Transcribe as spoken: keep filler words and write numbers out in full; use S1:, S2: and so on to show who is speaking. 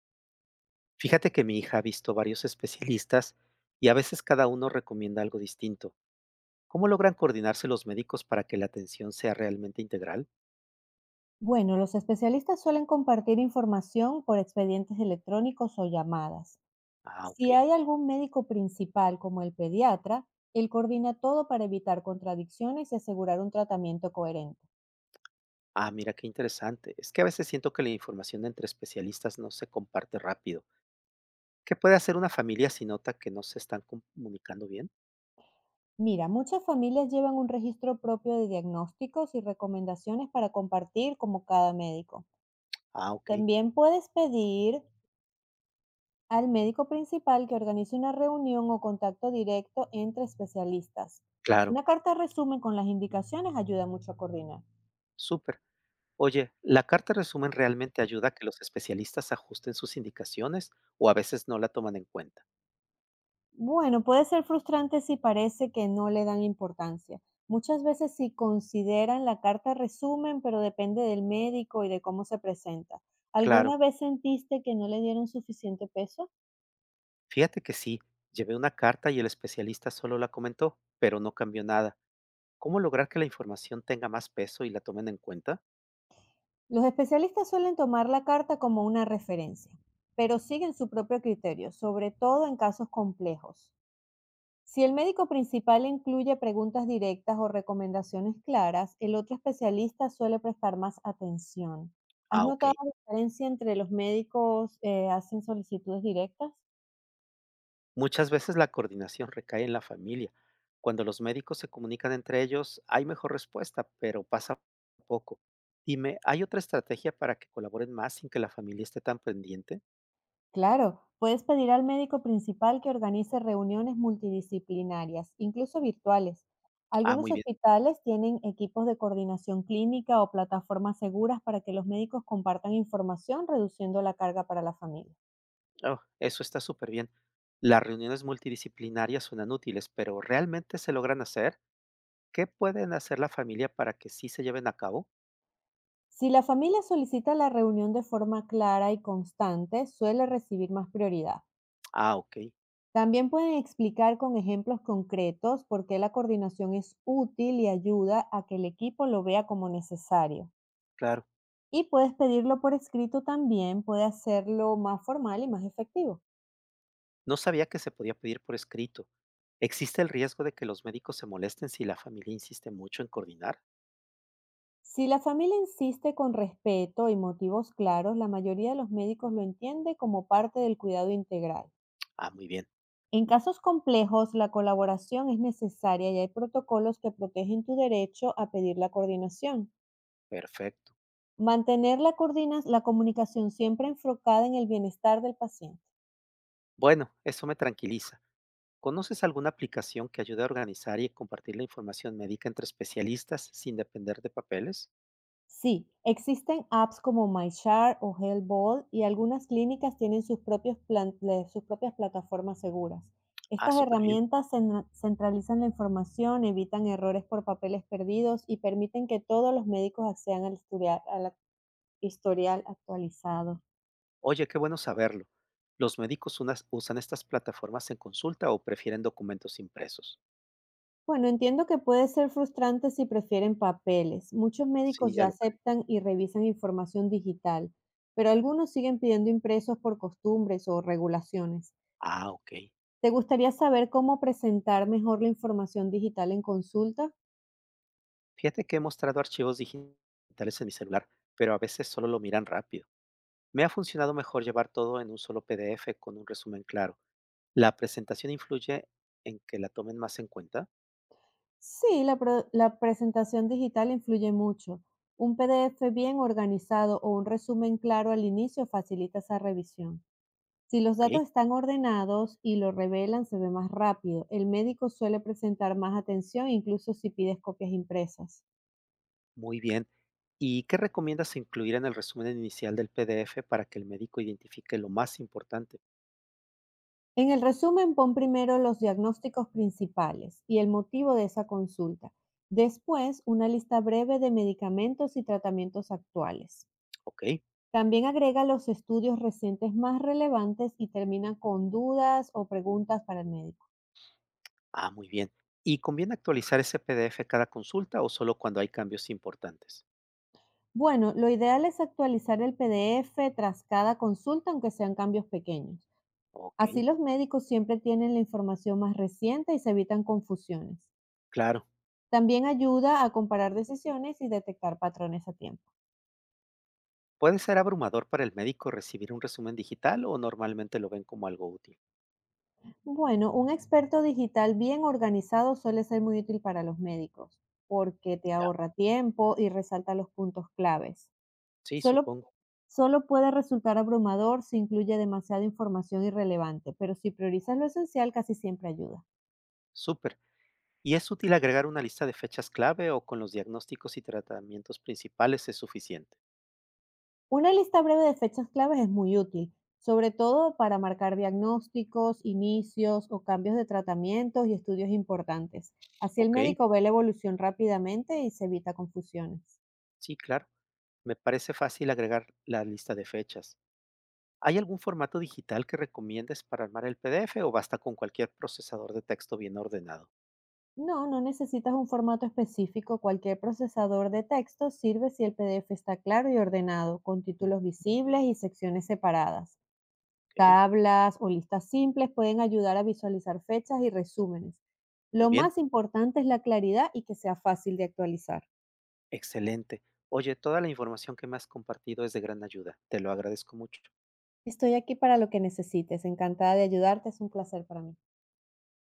S1: Fíjate que mi hija ha visto varios especialistas y a veces cada uno recomienda algo distinto. ¿Cómo logran coordinarse los médicos para que la atención sea realmente integral?
S2: Bueno, los especialistas suelen compartir información por expedientes electrónicos o llamadas.
S1: Ah, ok.
S2: Si hay algún médico principal como el pediatra, él coordina todo para evitar contradicciones y asegurar un tratamiento coherente.
S1: Ah, mira qué interesante. Es que a veces siento que la información entre especialistas no se comparte rápido. ¿Qué puede hacer una familia si nota que no se están comunicando bien?
S2: Mira, muchas familias llevan un registro propio de diagnósticos y recomendaciones para compartir como cada médico.
S1: Ah, ok.
S2: También puedes pedir al médico principal que organice una reunión o contacto directo entre especialistas.
S1: Claro.
S2: Una carta resumen con las indicaciones ayuda mucho a coordinar.
S1: Súper. Oye, ¿la carta resumen realmente ayuda a que los especialistas ajusten sus indicaciones o a veces no la toman en cuenta?
S2: Bueno, puede ser frustrante si parece que no le dan importancia. Muchas veces sí consideran la carta resumen, pero depende del médico y de cómo se presenta.
S1: Claro.
S2: ¿Alguna vez sentiste que no le dieron suficiente peso?
S1: Fíjate que sí, llevé una carta y el especialista solo la comentó, pero no cambió nada. ¿Cómo lograr que la información tenga más peso y la tomen en cuenta?
S2: Los especialistas suelen tomar la carta como una referencia, pero siguen su propio criterio, sobre todo en casos complejos. Si el médico principal incluye preguntas directas o recomendaciones claras, el otro especialista suele prestar más atención. ¿Has
S1: Ah, ok.
S2: notado la diferencia entre los médicos eh, hacen solicitudes directas?
S1: Muchas veces la coordinación recae en la familia. Cuando los médicos se comunican entre ellos, hay mejor respuesta, pero pasa poco. Dime, ¿hay otra estrategia para que colaboren más sin que la familia esté tan pendiente?
S2: Claro, puedes pedir al médico principal que organice reuniones multidisciplinarias, incluso virtuales.
S1: Ah,
S2: Algunos
S1: muy bien.
S2: hospitales tienen equipos de coordinación clínica o plataformas seguras para que los médicos compartan información, reduciendo la carga para la familia.
S1: Oh, eso está súper bien. Las reuniones multidisciplinarias suenan útiles, pero ¿realmente se logran hacer? ¿Qué pueden hacer la familia para que sí se lleven a cabo?
S2: Si la familia solicita la reunión de forma clara y constante, suele recibir más prioridad.
S1: Ah, ok,
S2: También pueden explicar con ejemplos concretos por qué la coordinación es útil y ayuda a que el equipo lo vea como necesario.
S1: claro.
S2: Y puedes pedirlo por escrito también, puede hacerlo más formal y más efectivo.
S1: No sabía que se podía pedir por escrito. ¿Existe el riesgo de que los médicos se molesten si la familia insiste mucho en coordinar?
S2: Si la familia insiste con respeto y motivos claros, la mayoría de los médicos lo entiende como parte del cuidado integral.
S1: Ah, muy bien,
S2: En casos complejos, la colaboración es necesaria y hay protocolos que protegen tu derecho a pedir la coordinación.
S1: perfecto.
S2: Mantener la, coordina- la comunicación siempre enfocada en el bienestar del paciente.
S1: Bueno, eso me tranquiliza. ¿Conoces alguna aplicación que ayude a organizar y compartir la información médica entre especialistas sin depender de papeles?
S2: Sí, existen apps como MyChart o HealthBall y algunas clínicas tienen sus, propios plan- le- sus propias plataformas seguras.
S1: Ah,
S2: Estas
S1: súper bien.
S2: herramientas cen- centralizan la información, evitan errores por papeles perdidos y permiten que todos los médicos accedan al historial al historial actualizado.
S1: Oye, qué bueno saberlo. ¿Los médicos unas- usan estas plataformas en consulta o prefieren documentos impresos?
S2: Bueno, entiendo que puede ser frustrante si prefieren papeles. Muchos médicos
S1: Sí, ya
S2: ya
S1: lo. Creo.
S2: aceptan y revisan información digital, pero algunos siguen pidiendo impresos por costumbres o regulaciones.
S1: Ah, ok.
S2: ¿Te gustaría saber cómo presentar mejor la información digital en consulta?
S1: Fíjate que he mostrado archivos digitales en mi celular, pero a veces solo lo miran rápido. Me ha funcionado mejor llevar todo en un solo PDF con un resumen claro. La presentación influye en que la tomen más en cuenta.
S2: Sí, la, pro- la presentación digital influye mucho. Un P D F bien organizado o un resumen claro al inicio facilita esa revisión. Si los
S1: Ok,
S2: datos están ordenados y lo revelan, se ve más rápido. El médico suele presentar más atención, incluso si pides copias impresas.
S1: muy bien. ¿Y qué recomiendas incluir en el resumen inicial del PDF para que el médico identifique lo más importante?
S2: En el resumen, pon primero los diagnósticos principales y el motivo de esa consulta. Después, una lista breve de medicamentos y tratamientos actuales.
S1: Ok,
S2: También agrega los estudios recientes más relevantes y termina con dudas o preguntas para el médico.
S1: ah, muy bien. ¿Y conviene actualizar ese PDF cada consulta o solo cuando hay cambios importantes?
S2: Bueno, lo ideal es actualizar el P D F tras cada consulta, aunque sean cambios pequeños.
S1: Ok,
S2: Así los médicos siempre tienen la información más reciente y se evitan confusiones.
S1: claro.
S2: También ayuda a comparar decisiones y detectar patrones a tiempo.
S1: ¿Puede ser abrumador para el médico recibir un resumen digital o normalmente lo ven como algo útil?
S2: Bueno, un experto digital bien organizado suele ser muy útil para los médicos porque te
S1: Ya,
S2: ahorra tiempo y resalta los puntos claves.
S1: sí,
S2: Solo,
S1: supongo.
S2: solo puede resultar abrumador si incluye demasiada información irrelevante, pero si priorizas lo esencial casi siempre ayuda.
S1: Súper. ¿Y es útil agregar una lista de fechas clave o con los diagnósticos y tratamientos principales es suficiente?
S2: Una lista breve de fechas claves es muy útil, sobre todo para marcar diagnósticos, inicios o cambios de tratamientos y estudios importantes. Así el
S1: Ok,
S2: médico ve la evolución rápidamente y se evita confusiones.
S1: sí, claro. Me parece fácil agregar la lista de fechas. ¿Hay algún formato digital que recomiendes para armar el PDF o basta con cualquier procesador de texto bien ordenado?
S2: No, no necesitas un formato específico. Cualquier procesador de texto sirve si el P D F está claro y ordenado, con
S1: Mm,
S2: títulos visibles y secciones separadas.
S1: ok,
S2: Tablas o listas simples pueden ayudar a visualizar fechas y resúmenes.
S1: muy
S2: Lo
S1: bien,
S2: más importante es la claridad y que sea fácil de actualizar.
S1: excelente. Oye, toda la información que me has compartido es de gran ayuda. Te lo agradezco mucho.
S2: Estoy aquí para lo que necesites, encantada de ayudarte, es un placer para mí.